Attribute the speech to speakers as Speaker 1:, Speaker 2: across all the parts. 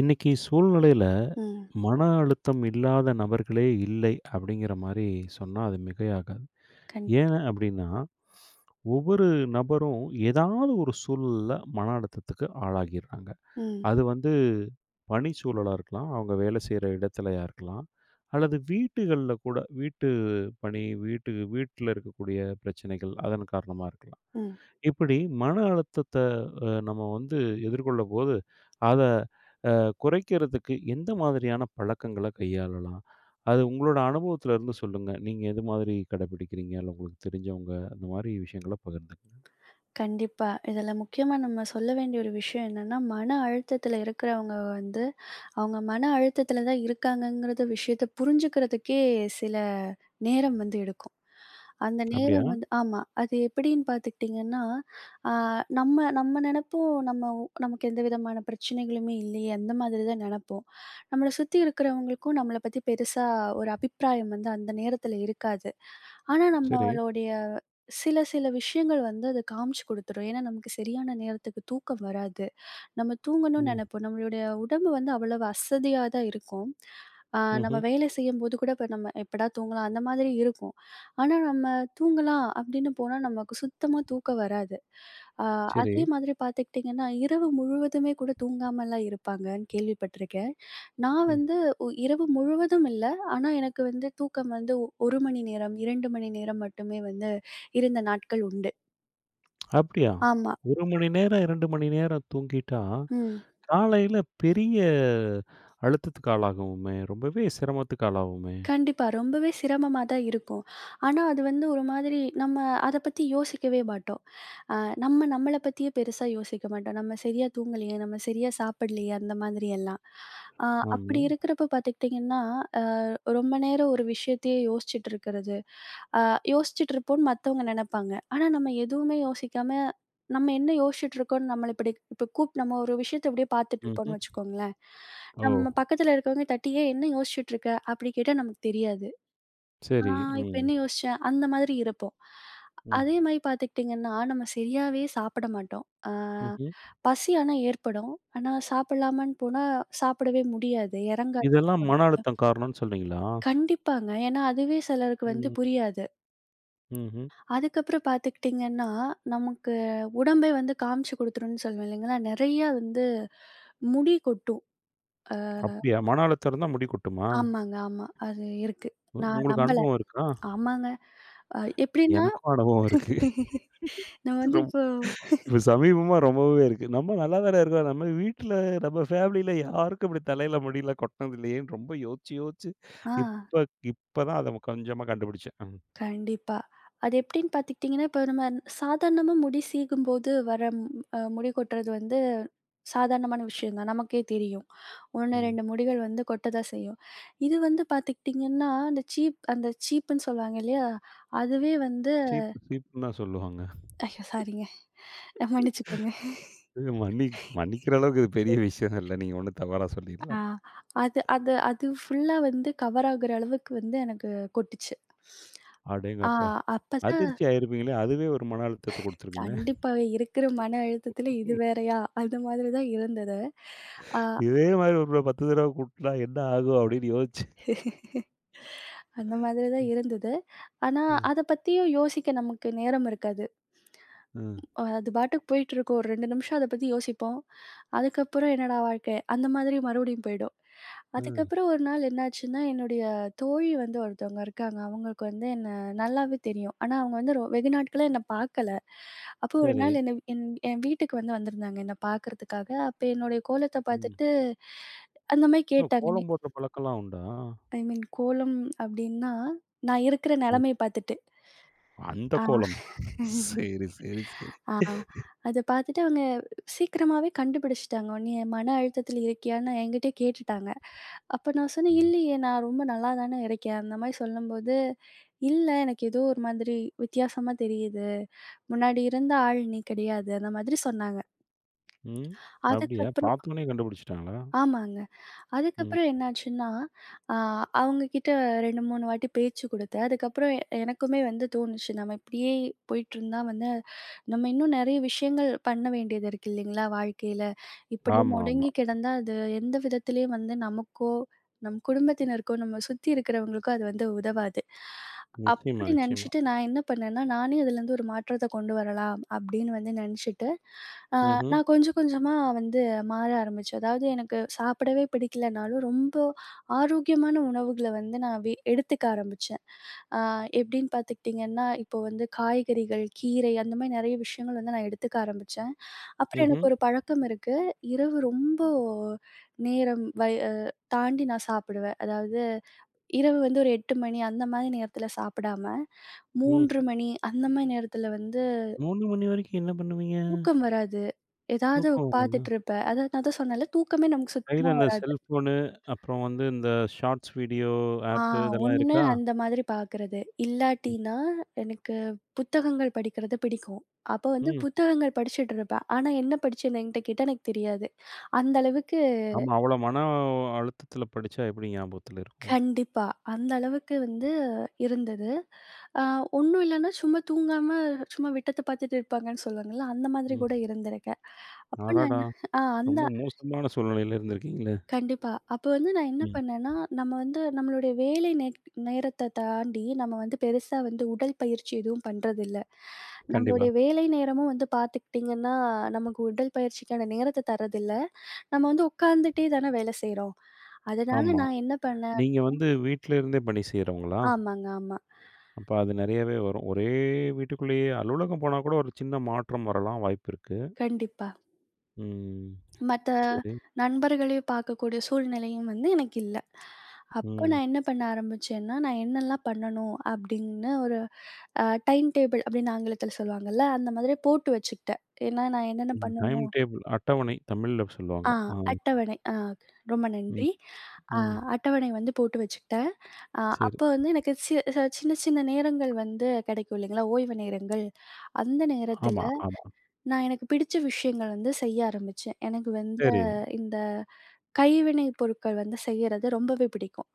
Speaker 1: இன்னைக்கு சூழ்நிலையில
Speaker 2: ம்.
Speaker 1: மன அழுத்தம் இல்லாத நபர்களே இல்லை அப்படிங்கிற மாதிரி சொன்னா அது மிகையாகாது.
Speaker 2: கண்
Speaker 1: ஏன் அப்படின்னா, ஒவ்வொரு நபரும் ஏதாவது ஒரு சூழல்ல மன அழுத்தத்துக்கு ஆளாகிறாங்க.
Speaker 2: ம்,
Speaker 1: அது வந்து பணி சூழலா இருக்கலாம், அவங்க வேலை செய்ற இடத்துலயா இருக்கலாம், அல்லது வீட்டுகள்ல கூட வீட்டு பணி, வீட்டு வீட்ல இருக்கக்கூடிய பிரச்சனைகள் அதன் காரணமா இருக்கலாம்.
Speaker 2: ம்.
Speaker 1: இப்படி மன அழுத்தத்த நம்ம வந்து எதிர்கொள்ளும்போது, அத குறைக்கிறதுக்கு எந்த மாதிரியான பழக்கங்கள கையாளலாம்? அது உங்களோட அனுபவத்துல இருந்து சொல்லுங்க. நீங்க எது மாதிரி கடைபிடிக்கிறீங்க? இல்ல உங்களுக்கு தெரிஞ்சவங்க, அந்த மாரி விஷயங்கள பகிர்ந்துக்கங்க.
Speaker 2: கண்டிப்பா. இதில முக்கியமா நம்ம சொல்ல வேண்டிய ஒரு விஷயம் என்னன்னா, மன அழுத்தத்தில இருக்கிறவங்க வந்து, அவங்க மன அழுத்தத்தில தான் இருக்காங்கங்கிறது விஷயத்த புரிஞ்சுக்கிறதுக்கே சில நேரம் வந்து எடுக்கும். அந்த
Speaker 1: அப்படியா?
Speaker 2: நேரம் வந்து ஆமா. அது எப்படின்னு பார்த்துக்கிட்டிங்கன்னா, ஆ நம்ம நம்ம நெனப்போம். நமக்கு எந்த விதமான பிரச்சனைகளுமே இல்லையே, அந்த மாதிரி தான் நெனப்போம். நம்மள சுத்தி இருக்கிறவங்களுக்கும் நம்மள பத்தி பெருசா ஒரு அபிப்பிராயம் வந்து அந்த நேரத்துல இருக்காது. ஆனா
Speaker 1: சரி.
Speaker 2: நம்மளுடைய சில சில விஷயங்கள் வந்து அது காமிச்சு குடுத்துரும். ஏன்னா நமக்கு சரியான நேரத்துக்கு தூக்கம் வராது. நம்ம தூங்கணும்னு
Speaker 1: ம்.
Speaker 2: நெனைப்போம். நம்மளுடைய உடம்பு வந்து அவ்வளவு அசதியா தான் இருக்கும். நம்ம
Speaker 1: ம்ஹ்ம்.
Speaker 2: வேலை செய்யும்போது கூட இப்ப நம்ம எப்படா தூங்கலாம் அந்த மாதிரி இருக்கும். ஆனா நம்ம தூங்கலாம் அப்படின்னு போனா நமக்கு சுத்தமா தூக்கம் வராது. ஆ
Speaker 1: சரி.
Speaker 2: அதே மாதிரி பார்த்துக்கிட்டிங்கன்னா, இரவு முழுவதுமே கூட தூங்காமலாம் இருப்பாங்கன்னு கேள்விப்பட்டிருக்கேன். நான்
Speaker 1: ம்.
Speaker 2: வந்து இரவு முழுவதும் இல்ல. ஆனா எனக்கு வந்து தூக்கம் வந்து 1 மணி நேரம், 2 மணி நேரம் மட்டுமே வந்து இருந்த நாட்கள் உண்டு.
Speaker 1: அப்படியா?
Speaker 2: ஆமா.
Speaker 1: 1 மணி நேரம், 2 மணி நேரம் தூங்கிட்டா,
Speaker 2: ம்.
Speaker 1: காலையில பெரிய அழுத்தத்துக்கு ஆளாகுவோமே! ரொம்பவே சிரமத்துக்கு ஆளாவோமே!
Speaker 2: கண்டிப்பா. ரொம்பவே சிரமமா தான் இருக்கும். ஆனா, அது வந்து ஒரு மாதிரி நம்ம அத பத்தி யோசிக்கவே மாட்டோம். அ நம்ம நம்மள பத்தியே பெருசா யோசிக்க மாட்டோம். நம்ம சரியா தூங்கலையே, நம்ம சரியா சாப்பிடலையே அந்த மாதிரி எல்லாம். அ அப்படி
Speaker 1: ஆமா.
Speaker 2: இருக்கிறப்ப பார்த்துக்கிட்டிங்கன்னா, அ ரொம்ப நேரம் ஒரு விஷயத்தையே யோசிச்சுட்டு இருக்கிறது. அ யோசிச்சுட்டு இருப்போம்னு மத்தவங்க நெனைப்பாங்க. ஆனா, நம்ம எதுவுமே யோசிக்காம நம்ம என்ன யோசிச்சுட்டு இருக்கோம்ன்னு நம்மள இப்படி இப்ப கூப் நம்ம ஒரு விஷயத்த இப்படியே பார்த்துட்டு
Speaker 1: ம்ஹ்ம்.
Speaker 2: இருப்போம்ன்னு வச்சுக்கோங்களேன்.
Speaker 1: ஓ!
Speaker 2: நம்ம பக்கத்துல இருக்கவங்க தட்டி, "ஏய் என்ன யோசிச்சுட்டு இருக்க?" அப்படி கேட்டா நமக்கு தெரியாது. "ஆ
Speaker 1: சரி.
Speaker 2: இப்ப
Speaker 1: ம்.
Speaker 2: என்ன யோசிச்சேன்?" அந்த மாதிரி இருப்போம்.
Speaker 1: ம்.
Speaker 2: அதே மாரி பார்த்துக்கிட்டிங்கன்னா, நம்ம சரியாவே சாப்பிட மாட்டோம். ஆ
Speaker 1: ம்ஹ்ம்.
Speaker 2: பசி ஆனா ஏற்படும். ஆனா சாப்பிடலாமான்னு போனா சாப்பிடவே முடியாது. இறங்காது.
Speaker 1: இதெல்லாம் மன அழுத்தம் காரணம்னு சொல்றீங்களா?
Speaker 2: கண்டிப்பாங்க. ஏன்னா அதுவே சிலருக்கு வந்து
Speaker 1: ம்.
Speaker 2: புரியாது.
Speaker 1: ம்ஹ்ம்.
Speaker 2: அதுக்கப்புறம் பார்த்துக்கிட்டிங்கன்னா, நமக்கு உடம்பே வந்து காமிச்சு குடுத்துரும்ன்னு சொல்லுவேன் இல்லைங்களா? நெறையா வந்து முடி கொட்டும்.
Speaker 1: அப்படியா? மன அழுத்தம் இருந்தா முடி கொட்டுமா?
Speaker 2: ஆமாங்க, ஆமா. அது இருக்கு. நான்
Speaker 1: உங்களுக்கு
Speaker 2: நம்பல.
Speaker 1: அனுபவம் இருக்கா?
Speaker 2: ஆமாங்க. அ எப்படின்னா,
Speaker 1: எனக்கும் அனுபவம் இருக்கு.
Speaker 2: நம்ம வந்து
Speaker 1: ரொம்
Speaker 2: இப்போ
Speaker 1: இப்ப சமீபமா ரொம்பவே இருக்கு. நம்ம நல்லா தானே இருக்கோம். நம்ம வீட்ல, நம்ம ஃபேமிலில யாருக்கும் இப்படி தலையில முடியெல்லாம் கொட்டுனது இல்லையேன்னு ரொம்ப யோசிச்சு, யோசிச்சு
Speaker 2: ஆ
Speaker 1: இப்ப இப்ப தான் அத கொஞ்சமா கண்டுபிடிச்சேன். ம்,
Speaker 2: கண்டிப்பா. அது எப்படின்னு பார்த்துக்கிட்டிங்கன்னா, இப்போ நம்ம சாதாரணமா முடி சீகும்போது வர ம் அ முடி கொட்டுறது வந்து சாதாரணமான விஷயம் தான். நமக்கே தெரியும். 1,
Speaker 1: ம்.
Speaker 2: 2 முடிகள் வந்து கொட்ட தான் செய்யும். இது வந்து பார்த்துக்கிட்டிங்கன்னா, அந்த சீப்புன்னு சொல்லுவாங்க இல்லையா? அதுவே வந்து
Speaker 1: சீப்பு சீப்புன்னு தான் சொல்லுவாங்க.
Speaker 2: ஐயோ! சாரிங்க. மன்னிச்சுக்கோங்க.
Speaker 1: இது மன்னிக்கிற அளவுக்கு இது பெரிய விஷயம் இல்ல. நீங்க ஒண்ணும் தவறா சொல்லிரல.
Speaker 2: ஆ அது அது அது ஃபுல்லா வந்து கவர் ஆகுற அளவுக்கு வந்து எனக்கு கொட்டுச்சு. ஆ
Speaker 1: அடேங்கப்பா!
Speaker 2: அப்பதான்
Speaker 1: அதிர்ச்சி ஆயிருப்பீங்களே! அதுவே ஒரு மன அழுத்தத்த குடுத்துருக்குமே!
Speaker 2: கண்டிப்பா. இருக்கிற மன அழுத்தத்துல இது வேறயா? அந்த மாதிரி தான் இருந்தது. ஆ
Speaker 1: இதே மாரி ஒரு 10 தடவ கூட்டுனா என்ன ஆகும்? அப்படின்னு யோசிச்சு
Speaker 2: அந்த மாதிரி தான் இருந்தது. ஆனா,
Speaker 1: ம்.
Speaker 2: அத பத்தியும் யோசிக்க நமக்கு நேரம் இருக்காது.
Speaker 1: ம்.
Speaker 2: அது பாட்டுக்கு போயிட்டுருக்கும். ஒரு 2 நிமிஷம் அத பத்தி யோசிப்போம். அதுக்கப்புறம் என்னடா வாழ்க்கை! அந்த மாதிரி மறுபடியும் போயிடும்.
Speaker 1: ம்.
Speaker 2: அதுக்கப்புறம் ஒரு நாள் என்னாச்சுன்னா, என்னுடைய தோழி வந்து ஒருத்தவங்க இருக்காங்க. அவங்களுக்கு வந்து என்ன நல்லாவே தெரியும். ஆனா அவங்க வந்து வெகு நாட்களா என்ன பார்க்கல. அப்போ ஒரு
Speaker 1: சரி.
Speaker 2: நாள் என் வீட்டுக்கு வந்திருந்தாங்க என்ன பார்க்கறதுக்காக. அப்ப என்னுடைய கோலத்த
Speaker 1: ம்.
Speaker 2: பார்த்துட்டு அந்த மாரி
Speaker 1: ஓ!
Speaker 2: கேட்டாங்க.
Speaker 1: கோலம் போடுற பழக்கம்லாம் உண்டா?
Speaker 2: ஐ மீன் கோலம் அப்டின்னா, நான் இருக்கிற
Speaker 1: ம்.
Speaker 2: நெலைமைய பார்த்துட்டு.
Speaker 1: அந்த
Speaker 2: ஆ.
Speaker 1: கோலமா? சரி, சரி, சரி.
Speaker 2: ஆ. அத பார்த்துட்டு அவங்க சீக்கிரமாவே கண்டுபிடிச்சுட்டாங்க. "நீ மன அழுத்தத்தில இருக்கியான்னு?" என்கிட்டயே கேட்டுட்டாங்க. அப்ப நான் சொன்னேன்,
Speaker 1: ம்.
Speaker 2: "இல்லையே நான் ரொம்ப நல்லா தானே இருக்கேன்." அந்த மாரி சொல்லும்போது, "இல்ல எனக்கு ஏதோ ஒரு மாதிரி வித்தியாசமா தெரியுது. முன்னாடி இருந்த ஆள் நீ கிடையாது." அந்த மாதிரி சொன்னாங்க.
Speaker 1: ம். அப்படியா?
Speaker 2: அதுக்கப்புறம்
Speaker 1: பார்த்தோனே கண்டுபிடிச்சுட்டாங்களா?
Speaker 2: ஆமாங்க.
Speaker 1: ம்.
Speaker 2: அதுக்கப்புறம் என்னாச்சுன்னா, அ அவங்க கிட்ட 2, 3 வாட்டி பேச்சு குடுத்தேன். அதுக்கப்புறம் எனக்குமே வந்து தோணுச்சு, நம்ம இப்படியே போயிட்டுருந்தா வந்து, நம்ம இன்னும் நெறைய விஷயங்கள் பண்ண வேண்டியது இருக்கு இல்லைங்களா? வாழ்க்கையில. இப்படியே
Speaker 1: ஆமா, ஆமா.
Speaker 2: முடங்கி கிடந்தா, அது எந்த விதத்திலயும் வந்து நமக்கோ, நம் குடும்பத்தினருக்கோ, நம்ம சுத்தி இருக்கிறவங்களுக்கோ அது வந்து உதவாது.
Speaker 1: நிச்சயமா,
Speaker 2: அப்படி
Speaker 1: நிச்சயமா.
Speaker 2: நெனச்சுட்டு நான் என்ன பண்ணேன்னா, நானே அதுலேருந்து ஒரு மாற்றத்த கொண்டு வரலாம் அப்படின்னு வந்து நெனச்சுட்டு, அ
Speaker 1: ம்ஹ்ம்.
Speaker 2: நான் கொஞ்சம் கொஞ்சமா வந்து மாற ஆரம்பிச்சேன். அதாவது எனக்கு சாப்பிடவே பிடிக்கலனாலும், ரொம்ப ஆரோக்கியமான உணவுகள வந்து நான் எடுத்துக்க ஆரம்பிச்சேன். அ எப்படின்னு பார்த்துக்கிட்டிங்கன்னா, இப்போ வந்து காய்கறிகள், கீரை அந்த மாரி நெறைய விஷயங்கள் வந்து நான் எடுத்துக்க ஆரம்பிச்சேன். அப்புறம்
Speaker 1: ம்ஹ்ம்.
Speaker 2: எனக்கு ஒரு பழக்கம் இருக்கு. இரவு ரொம்ப நேரம் வய் அ தாண்டி நான் சாப்பிடுவேன். அதாவது இரவு வந்து ஒரு 8 மணி அந்த மாரி நேரத்தில சாப்பிடாம,
Speaker 1: ம்.
Speaker 2: 3 மணி அந்த மாரி நேரத்தில வந்து
Speaker 1: 3 மணி வரைக்கும் என்ன பண்ணுவீங்க?
Speaker 2: தூக்கம் வராது. ஏதாவது
Speaker 1: தூக்கம் வராதா?
Speaker 2: பார்த்துட்டு இருப்பேன். அதான் நான் தான் சொன்னேன்ல, தூக்கமே நமக்கு
Speaker 1: கையில
Speaker 2: சுத்தமா
Speaker 1: இந்த
Speaker 2: வராது.
Speaker 1: செல்ஃபோனு, அப்புறம் வந்து இந்த ஷார்ட்ஸ் வீடியோ
Speaker 2: ஆ
Speaker 1: ஆப்பு இதெல்லாம்
Speaker 2: ஒண்ணு
Speaker 1: இருக்கா?
Speaker 2: அந்த மாதிரி பார்க்கறது.
Speaker 1: ம்.
Speaker 2: இல்லாட்டினா, எனக்கு புத்தகங்கள் படிக்கிறது பிடிக்கும். அப்ப வந்து
Speaker 1: ம்.
Speaker 2: புத்தகங்கள் படிச்சுட்டு இருப்பேன். ஆனா என்ன படிச்சேன்னு என்கிட்ட கேட்டா எனக்கு தெரியாது. அந்த அளவுக்கு
Speaker 1: ஆமா. அவ்வளோ மன அழுத்தத்தில படிச்சா எப்படி ஞாபகத்தில இருக்கும்?
Speaker 2: கண்டிப்பா. அந்த அளவுக்கு வந்து இருந்தது. ஆ ஒண்ணும் இல்லன்னா, சும்மா தூங்காம சும்மா விட்டத்த பார்த்துட்டு இருப்பாங்கன்னு சொல்லுவாங்கல்ல, அந்த மாதிரி
Speaker 1: ம்.
Speaker 2: கூட இருந்திருக்கேன். அப்ப நான்
Speaker 1: அடடா!
Speaker 2: ஆ அந்த
Speaker 1: ரொம்ப மோசமான சூழ்நிலையில இருந்திருக்கீங்களே!
Speaker 2: கண்டிப்பா. அப்ப வந்து நான் என்ன
Speaker 1: ம்.
Speaker 2: பண்ணேன்னா, நம்ம வந்து நம்மளுடைய வேலை நேரத்த தாண்டி, நம்ம வந்து பெருசா வந்து உடல் பயிற்சி எதுவும் பண்றதில்ல.
Speaker 1: கண்டிப்பா.
Speaker 2: நம்மளுடைய வேலை நேரமும் வந்து பார்த்துக்கிட்டிங்கன்னா, நமக்கு உடல் பயிற்சிக்கான நேரத்த தர்றதில்ல. நம்ம வந்து உட்காந்துட்டே தானே வேலை செய்றோம். அதனால
Speaker 1: ஆமா.
Speaker 2: நான் என்ன பண்ணேன்
Speaker 1: நீங்க வந்து வீட்ல இருந்தே பணி செய்றவங்களா?
Speaker 2: ஆமாங்க, ஆமா.
Speaker 1: அப்ப அது நெறையவே வரும். ஒரே வீட்டுக்குள்ளேயே அலுவலகம் போனா கூட ஒரு சின்ன மாற்றம் வரலாம் வாய்ப்பு இருக்கு.
Speaker 2: கண்டிப்பா.
Speaker 1: ம்.
Speaker 2: மத்த
Speaker 1: சரி.
Speaker 2: நண்பர்களையும் பார்க்கக்கூடிய சூழ்நிலையும் வந்து எனக்கு இல்ல. அப்போ
Speaker 1: ம்.
Speaker 2: நான் என்ன பண்ண ஆரம்பிச்சேன்னா, நான் என்னெல்லாம் பண்ணணும் அப்படின்னு ஒரு டைம் டேபிள் அப்படின்னு ஆங்கிலத்தில சொல்லுவாங்கல்ல, அந்த மாதிரி போட்டு வச்சுக்கிட்டேன். ஏன்னா நான் என்னென்ன
Speaker 1: ம். டைம்
Speaker 2: பண்ணணுமோ
Speaker 1: டேபிள் அட்டவணை தமிழ்ல சொல்லுவாங்க.
Speaker 2: ஆ
Speaker 1: ஆ.
Speaker 2: அட்டவணை. ரொம்ப
Speaker 1: ம்.
Speaker 2: நன்றி. ஆ
Speaker 1: ம்.
Speaker 2: அட்டவணை வந்து போட்டு வச்சுக்கிட்டேன். அ
Speaker 1: சரி.
Speaker 2: அப்போ வந்து எனக்கு சி ச சின்ன சின்ன நேரங்கள் வந்து கிடைக்கும் இல்லைங்களா, ஓய்வு நேரங்கள். அந்த நேரத்தில
Speaker 1: ஆமா, ஆமா.
Speaker 2: நான் எனக்கு பிடிச்ச விஷயங்கள் வந்து செய்ய ஆரம்பிச்சேன். எனக்கு வந்து
Speaker 1: சரி.
Speaker 2: இந்த கைவினை பொருட்கள் வந்து செய்யறது ரொம்பவே பிடிக்கும்.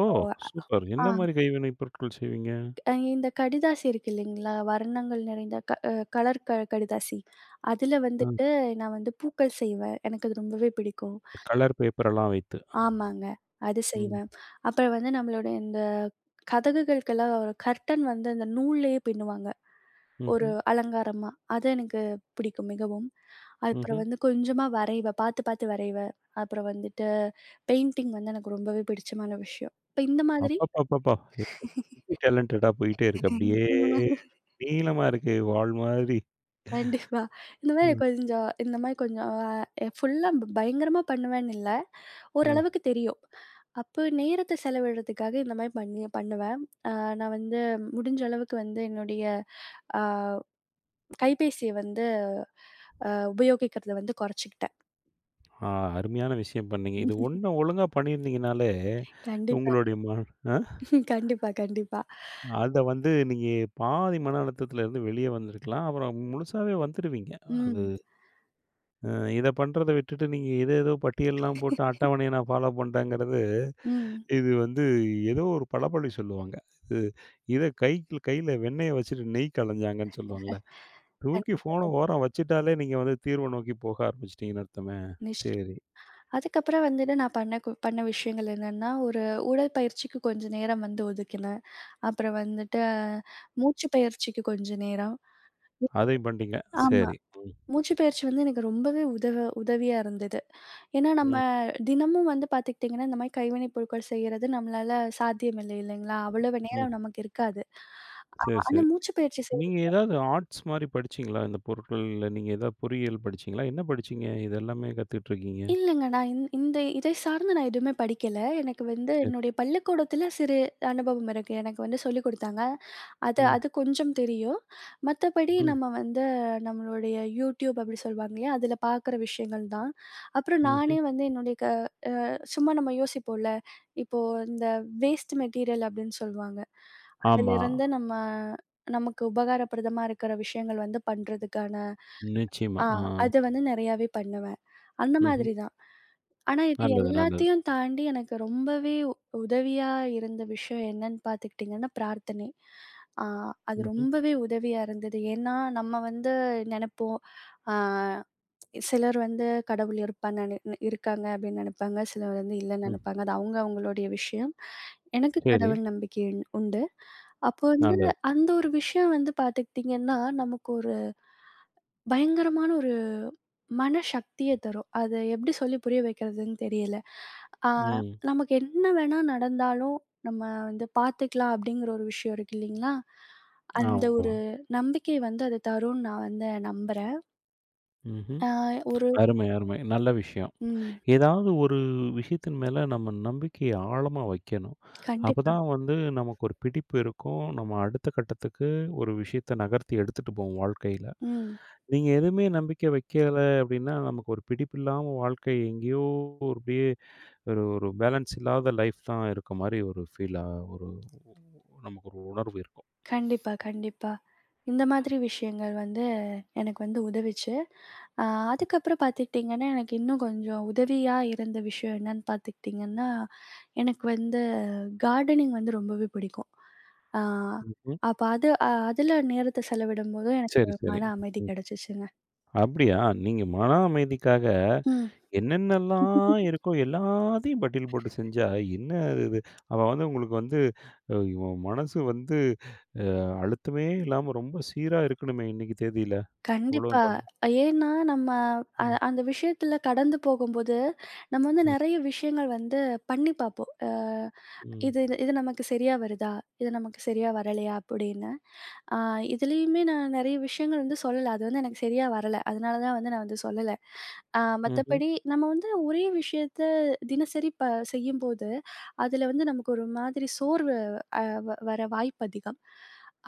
Speaker 1: ஓ! சூப்பர்.
Speaker 2: ஆ.
Speaker 1: என்ன மாரி கைவினை பொருட்கள் செய்வீங்க?
Speaker 2: இந்த கடிதாசி இருக்கு இல்லைங்களா? வர்ணங்கள் நிறைந்த க அ கலர் கடிதாசி. அதுல
Speaker 1: அ
Speaker 2: வந்துட்டு நான் வந்து பூக்கள் செய்வேன். எனக்கு அது ரொம்பவே பிடிக்கும்.
Speaker 1: கலர் பேப்பர் எல்லாம் வைத்து.
Speaker 2: ஆமாங்க. அது
Speaker 1: ம்.
Speaker 2: செய்வேன். அப்புறம் வந்து நம்மளுடைய இந்த கதகுகளுக்கெல்லாம் ஒரு கர்டன் வந்து அந்த நூல்லயே பின்னுவாங்க. ஒரு
Speaker 1: ம்ஹ்ம்.
Speaker 2: அலங்காரமா. அது எனக்கு பிடிக்கும் மிகவும். அப்புறம்
Speaker 1: ம்ஹ்ம்.
Speaker 2: வந்து கொஞ்சமா வரைவேன். பார்த்து பார்த்து வரைவேன். அப்புறம் வந்துட்டு பெயிண்டிங் வந்து எனக்கு ரொம்பவே பிடிச்சமான விஷயம். இப்ப இந்த மாதிரி
Speaker 1: அப்பப்பப்பப்பா! எப்படி டேலண்டடா போயிட்டே இருக்கு.
Speaker 2: ம்.
Speaker 1: அப்படியே நீளமா இருக்கு வால் மாதிரி.
Speaker 2: கண்டிப்பா. இந்த மாரி
Speaker 1: ம்,
Speaker 2: கொஞ்சம் இந்த மாரி கொஞ்சம் ஃபுல்லா பயங்கரமா பண்ணுவேன்னு இல்ல.
Speaker 1: ம்.
Speaker 2: ஓரளவுக்கு தெரியும். அப்போ நேரத்த செலவிடுறதுக்காக இந்த மாரி பண்ணி பண்ணுவேன். அ நான் வந்து முடிஞ்ச அளவுக்கு வந்து என்னுடைய அ கைபேசிய வந்து உபயோகிக்கிறத வந்து குறைச்சுக்கிட்டேன்.
Speaker 1: ஆ அருமையான விஷயம் பண்ணீங்க. இது ஒண்ணு ஒழுங்கா பண்ணியிருந்தீங்கனாலே,
Speaker 2: கண்டிப்பா,
Speaker 1: உங்களுடைய ம அ
Speaker 2: கண்டிப்பா, கண்டிப்பா.
Speaker 1: அத வந்து நீங்க பாதி மன அழுத்தத்துல இருந்து வெளிய வந்திருக்கலாம். அப்புறம் முழுசாவே வந்துருவீங்க. அது
Speaker 2: ம்,
Speaker 1: அ இத பண்றத விட்டுட்டு நீங்க ஏதோ பட்டியல்லாம் போட்டு அட்டவணைய நான் ஃபாலோ பண்றேங்கிறது,
Speaker 2: ம்.
Speaker 1: இது வந்து ஏதோ ஒரு பழமொழி சொல்லுவாங்க. இது இத கை கையில வெண்ணெய வச்சுட்டு நெய் கலஞ்சாங்கன்னு சொல்லுவாங்கல்ல. தூக்கி
Speaker 2: கண்டிப்பா,
Speaker 1: ஃபோன
Speaker 2: கண்டிப்பா.
Speaker 1: ஓரம் வச்சுட்டாலே, நீங்க வந்து தீர்வ நோக்கி போக ஆரம்பிச்சுட்டீங்கன்னு அர்த்தமே!
Speaker 2: நிச்சயம்.
Speaker 1: சரி.
Speaker 2: அதுக்கப்புறம் வந்துட்டு நான் பண்ண விஷயங்கள் என்னன்னா, ஒரு உடற்பயிற்சிக்கு கொஞ்சம் நேரம் வந்து ஒதுக்கினேன். அப்புறம் வந்துட்டு மூச்சு பயிற்சிக்கு கொஞ்ச நேரம்.
Speaker 1: அதையும் பண்ணிட்டீங்க.
Speaker 2: ஆமா.
Speaker 1: சரி.
Speaker 2: மூச்சு பயிற்சி வந்து எனக்கு ரொம்பவே உதவியா இருந்தது. ஏன்னா நம்ம
Speaker 1: ம்,
Speaker 2: தினமும் வந்து பார்த்துக்கிட்டீங்கன்னா, இந்த மாரி கைவினை பொருட்கள் செய்யறது நம்மளால சாத்தியம் இல்லை இல்லைங்களா? அவ்வளவு
Speaker 1: ம்.
Speaker 2: நேரம் நமக்கு இருக்காது.
Speaker 1: சரி,
Speaker 2: ஆனா
Speaker 1: சரி.
Speaker 2: மூச்சு பயிற்சி செய்றது
Speaker 1: நீங்க ஏதாவது ஆர்ட்ஸ் மாரி படிச்சீங்களா? இந்த பொருட்கள்ல நீங்க ஏதாவது பொறியியல் படிச்சீங்களா? என்ன படிச்சீங்க? இது எல்லாமே கத்துக்கிட்டு இருக்கீங்க.
Speaker 2: இல்லங்க. நான் இந்த இதை சார்ந்து நான் எதுவுமே படிக்கல. எனக்கு வந்து
Speaker 1: சரி.
Speaker 2: என்னுடைய பள்ளிக்கூடத்துல சிறு அனுபவம் இருக்கு. எனக்கு வந்து சொல்லிக் குடுத்தாங்க. அது
Speaker 1: ம்,
Speaker 2: அது கொஞ்சம் தெரியும். மத்தபடி
Speaker 1: ம்,
Speaker 2: நம்ம வந்து நம்மளுடைய YouTube அப்படி சொல்வாங்க இல்லையா? அதுல பார்க்குற விஷயங்கள் தான். அப்புறம்
Speaker 1: ம்ஹ்ம்.
Speaker 2: நானே வந்து என்னுடைய சும்மா நம்ம யோசிப்போம்ல. இப்போ இந்த வேஸ்ட் மெட்டீரியல் அப்படின்னு சொல்லுவாங்க.
Speaker 1: ஆமா.
Speaker 2: அதிலிருந்து நம்ம நமக்கு உபகாரப்பிரதமா இருக்கிற விஷயங்கள் வந்து பண்றதுக்கான
Speaker 1: நிச்சயமா.
Speaker 2: ஆ
Speaker 1: ஆ.
Speaker 2: அது வந்து நெறையாவே பண்ணுவேன். அந்த
Speaker 1: ம்ஹ்ம்.
Speaker 2: மாதிரி தான். ஆனா இது
Speaker 1: நல்லது, நல்லது.
Speaker 2: எல்லாத்தையும் தாண்டி எனக்கு ரொம்பவே உதவியா இருந்த விஷயம் என்னன்னு பார்த்துக்கிட்டிங்கன்னா, பிரார்த்தனை. ஆ அது
Speaker 1: ம்ஹ்ம்.
Speaker 2: ரொம்பவே உதவியா இருந்தது. ஏன்னா, நம்ம வந்து நெனைப்போம். ஆ சிலர் வந்து கடவுள் இருப்பான்னு நென ந இருக்காங்க அப்படின்னு நெனைப்பாங்க. சிலர் வந்து இல்லன்னு
Speaker 1: ம்.
Speaker 2: நெனைப்பாங்க. அது அவங்க அவங்களுடைய விஷயம். எனக்கு
Speaker 1: சரி.
Speaker 2: கடவுள் நம்பிக்கை உண்டு. அப்போ வந்து
Speaker 1: நல்லது.
Speaker 2: அந்த ஒரு விஷயம் வந்து பார்த்துக்கிட்டிங்கன்னா, நமக்கு ஒரு பயங்கரமான ஒரு மனசக்திய தரும். அத எப்படி சொல்லி புரிய வைக்கிறதுன்னு தெரியல. ஆ
Speaker 1: ம்.
Speaker 2: நமக்கு என்ன வேணா நடந்தாலும், நம்ம வந்து பார்த்துக்கலாம் அப்படிங்கிற ஒரு விஷயம் இருக்கு இல்லைங்களா? அந்த
Speaker 1: ஆமா.
Speaker 2: ஒரு நம்பிக்கை வந்து அது தரும்ன்னு நான் வந்து நம்புறேன்.
Speaker 1: ம்ஹ்ம்.
Speaker 2: ஆ ஒரு
Speaker 1: அருமை, அருமை. நல்ல விஷயம்.
Speaker 2: ம்.
Speaker 1: ஏதாவது ஒரு விஷயத்தின் மேல நம்ம நம்பிக்கைய ஆழமா வைக்கணும்.
Speaker 2: கண்டிப்பா.
Speaker 1: அப்பதான் வந்து நமக்கு ஒரு பிடிப்பு இருக்கும். நம்ம அடுத்த கட்டத்துக்கு ஒரு விஷயத்த நகர்த்தி எடுத்துட்டு போவோம் வாழ்க்கையில.
Speaker 2: ம்.
Speaker 1: நீங்க எதுவுமே நம்பிக்கை வைக்கல அப்படின்னா, நமக்கு ஒரு பிடிப்பில்லாம வாழ்க்கை எங்கேயோ ஒரு அப்படியே ஒரு ஒரு பேலன்ஸ் இல்லாத லைஃப் தான் இருக்க மாரி ஒரு ஃபீலா ஒரு நமக்கு ஒரு உணர்வு இருக்கும்.
Speaker 2: கண்டிப்பா, கண்டிப்பா. இந்த மாதிரி விஷயங்கள் வந்து எனக்கு வந்து உதவிச்சு. அ அதுக்கப்புறம் பார்த்துக்கிட்டிங்கன்னா, எனக்கு இன்னும் கொஞ்சம் உதவியா இருந்த விஷயம் என்னன்னு பார்த்துக்கிட்டிங்கன்னா, எனக்கு வந்து கார்டனிங் வந்து ரொம்பவே பிடிக்கும். ஆ
Speaker 1: ம்ஹ்ம்.
Speaker 2: அப்ப அதுல நேரத்த செலவிடும்போது எனக்கு
Speaker 1: சரி,
Speaker 2: ஒரு
Speaker 1: சரி.
Speaker 2: மன அமைதி கிடைச்சுச்சுங்க.
Speaker 1: அப்படியா? நீங்க மன அமைதிக்காக
Speaker 2: ம்.
Speaker 1: என்னென்னலாம் இருக்கோ எல்லாத்தையும் பட்டியல் போட்டு செஞ்சா, என்ன அது இது? அவ வந்து உங்களுக்கு வந்து இவன் மனசு வந்து அ அழுத்தமே இல்லாம ரொம்ப சீரா இருக்கணுமே இன்னைக்கு தேதியில.
Speaker 2: கண்டிப்பா.
Speaker 1: இவ்வளவும் பண்ணு
Speaker 2: ஏன்னா நம்ம
Speaker 1: ம்,
Speaker 2: அந்த விஷயத்துல கடந்து போகும்போது, நம்ம வந்து
Speaker 1: ம்,
Speaker 2: நெறைய விஷயங்கள் வந்து பண்ணி பார்ப்போம்.
Speaker 1: ம்.
Speaker 2: இது இது இது நமக்கு சரியா வருதா? இது நமக்கு சரியா வரலையா? அப்படின்னு. ஆ இதுலயுமே நான் நெறைய விஷயங்கள் வந்து சொல்லல. அது வந்து எனக்கு சரியா வரல. அதனால தான் வந்து நான் வந்து சொல்லல.
Speaker 1: ம்ஹ்ம்,
Speaker 2: மத்தபடி நம்ம வந்து ஒரே விஷயத்த தினசரி செய்யும்போது, அதுல வந்து நமக்கு ஒரு மாதிரி சோர்வு அ வ வர வாய்ப்பு அதிகம்.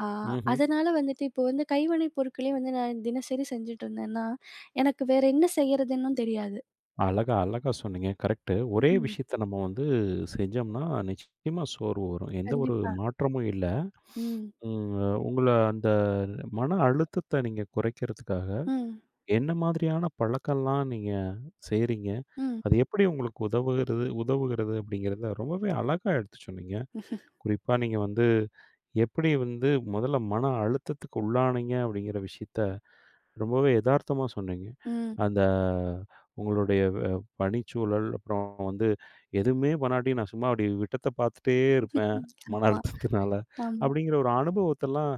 Speaker 2: ஆ
Speaker 1: ம்ஹ்ம்.
Speaker 2: அதனால வந்துட்டு இப்போ வந்து கைவினை பொருட்களே வந்து நான் தினசரி செஞ்சுட்டு இருந்தேன்னா, எனக்கு வேற என்ன செய்யறதுன்னும் தெரியாது.
Speaker 1: அழகா, அழகா சொன்னீங்க. கரெக்ட்டு. ஒரே
Speaker 2: ம்.
Speaker 1: விஷயத்த நம்ம வந்து செஞ்சோம்னா, நிச்சயமா சோர்வு வரும். எந்த ஒரு
Speaker 2: கண்டிப்பா.
Speaker 1: மாற்றமும் இல்ல.
Speaker 2: ம்.
Speaker 1: உங்கள அந்த மன அழுத்தத்த நீங்க குறைக்கிறதுக்காக,
Speaker 2: ம்.
Speaker 1: என்ன மாதிரியான பழக்கம்லாம் நீங்க செய்றீங்க?
Speaker 2: ம்.
Speaker 1: அது எப்படி உங்களுக்கு உதவுகிறது உதவுகிறது அப்படிங்கிறத ரொம்பவே அழகா எடுத்து சொன்னீங்க. குறிப்பா நீங்க வந்து எப்படி வந்து முதல்ல மன அழுத்தத்துக்கு உள்ளானீங்க அப்படிங்கிற விஷயத்த ரொம்பவே எதார்த்தமா சொன்னீங்க.
Speaker 2: ம்.
Speaker 1: அந்த உங்களுடைய அ பணிச்சூழல், அப்புறம் வந்து எதுவுமே பண்ணாட்டி நான் சும்மா அப்படி விட்டத்த பார்த்துட்டே இருப்பேன். மன
Speaker 2: ஆமா.
Speaker 1: அழுத்தத்தினால
Speaker 2: ஆமா.
Speaker 1: அப்படிங்கிற ஒரு அனுபவத்தெல்லாம்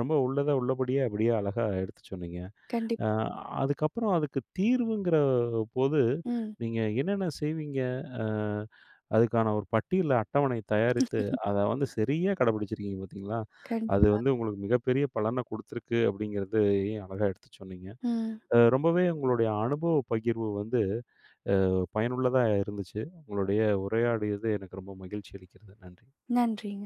Speaker 1: ரொம்ப உள்ளத உள்ளபடியே அப்படியே அழகா எடுத்து சொன்னீங்க. அ
Speaker 2: கண்டிப்பா.
Speaker 1: அதுக்கப்புறம் அதுக்கு தீர்வுங்கிற போது,
Speaker 2: ம்.
Speaker 1: நீங்க என்னென்ன செய்வீங்க? அ அதுக்கான ஒரு பட்டியல் அட்டவணை தயாரித்து, அத வந்து சரியா கடைபிடிச்சிருக்கீங்க பார்த்தீங்களா? அது
Speaker 2: கண்டிப்பா.
Speaker 1: வந்து உங்களுக்கு மிகப்பெரிய பலன குடுத்துருக்கு அப்படிங்கிறதையும் அழகா எடுத்து சொன்னீங்க.
Speaker 2: ம்.
Speaker 1: ரொம்பவே உங்களுடைய அனுபவ பகிர்வு வந்து பயனுள்ளதா இருந்துச்சு. உங்களுடைய உரையாடியது எனக்கு ரொம்ப மகிழ்ச்சி அளிக்கிறது. நன்றி.
Speaker 2: நன்றிங்க.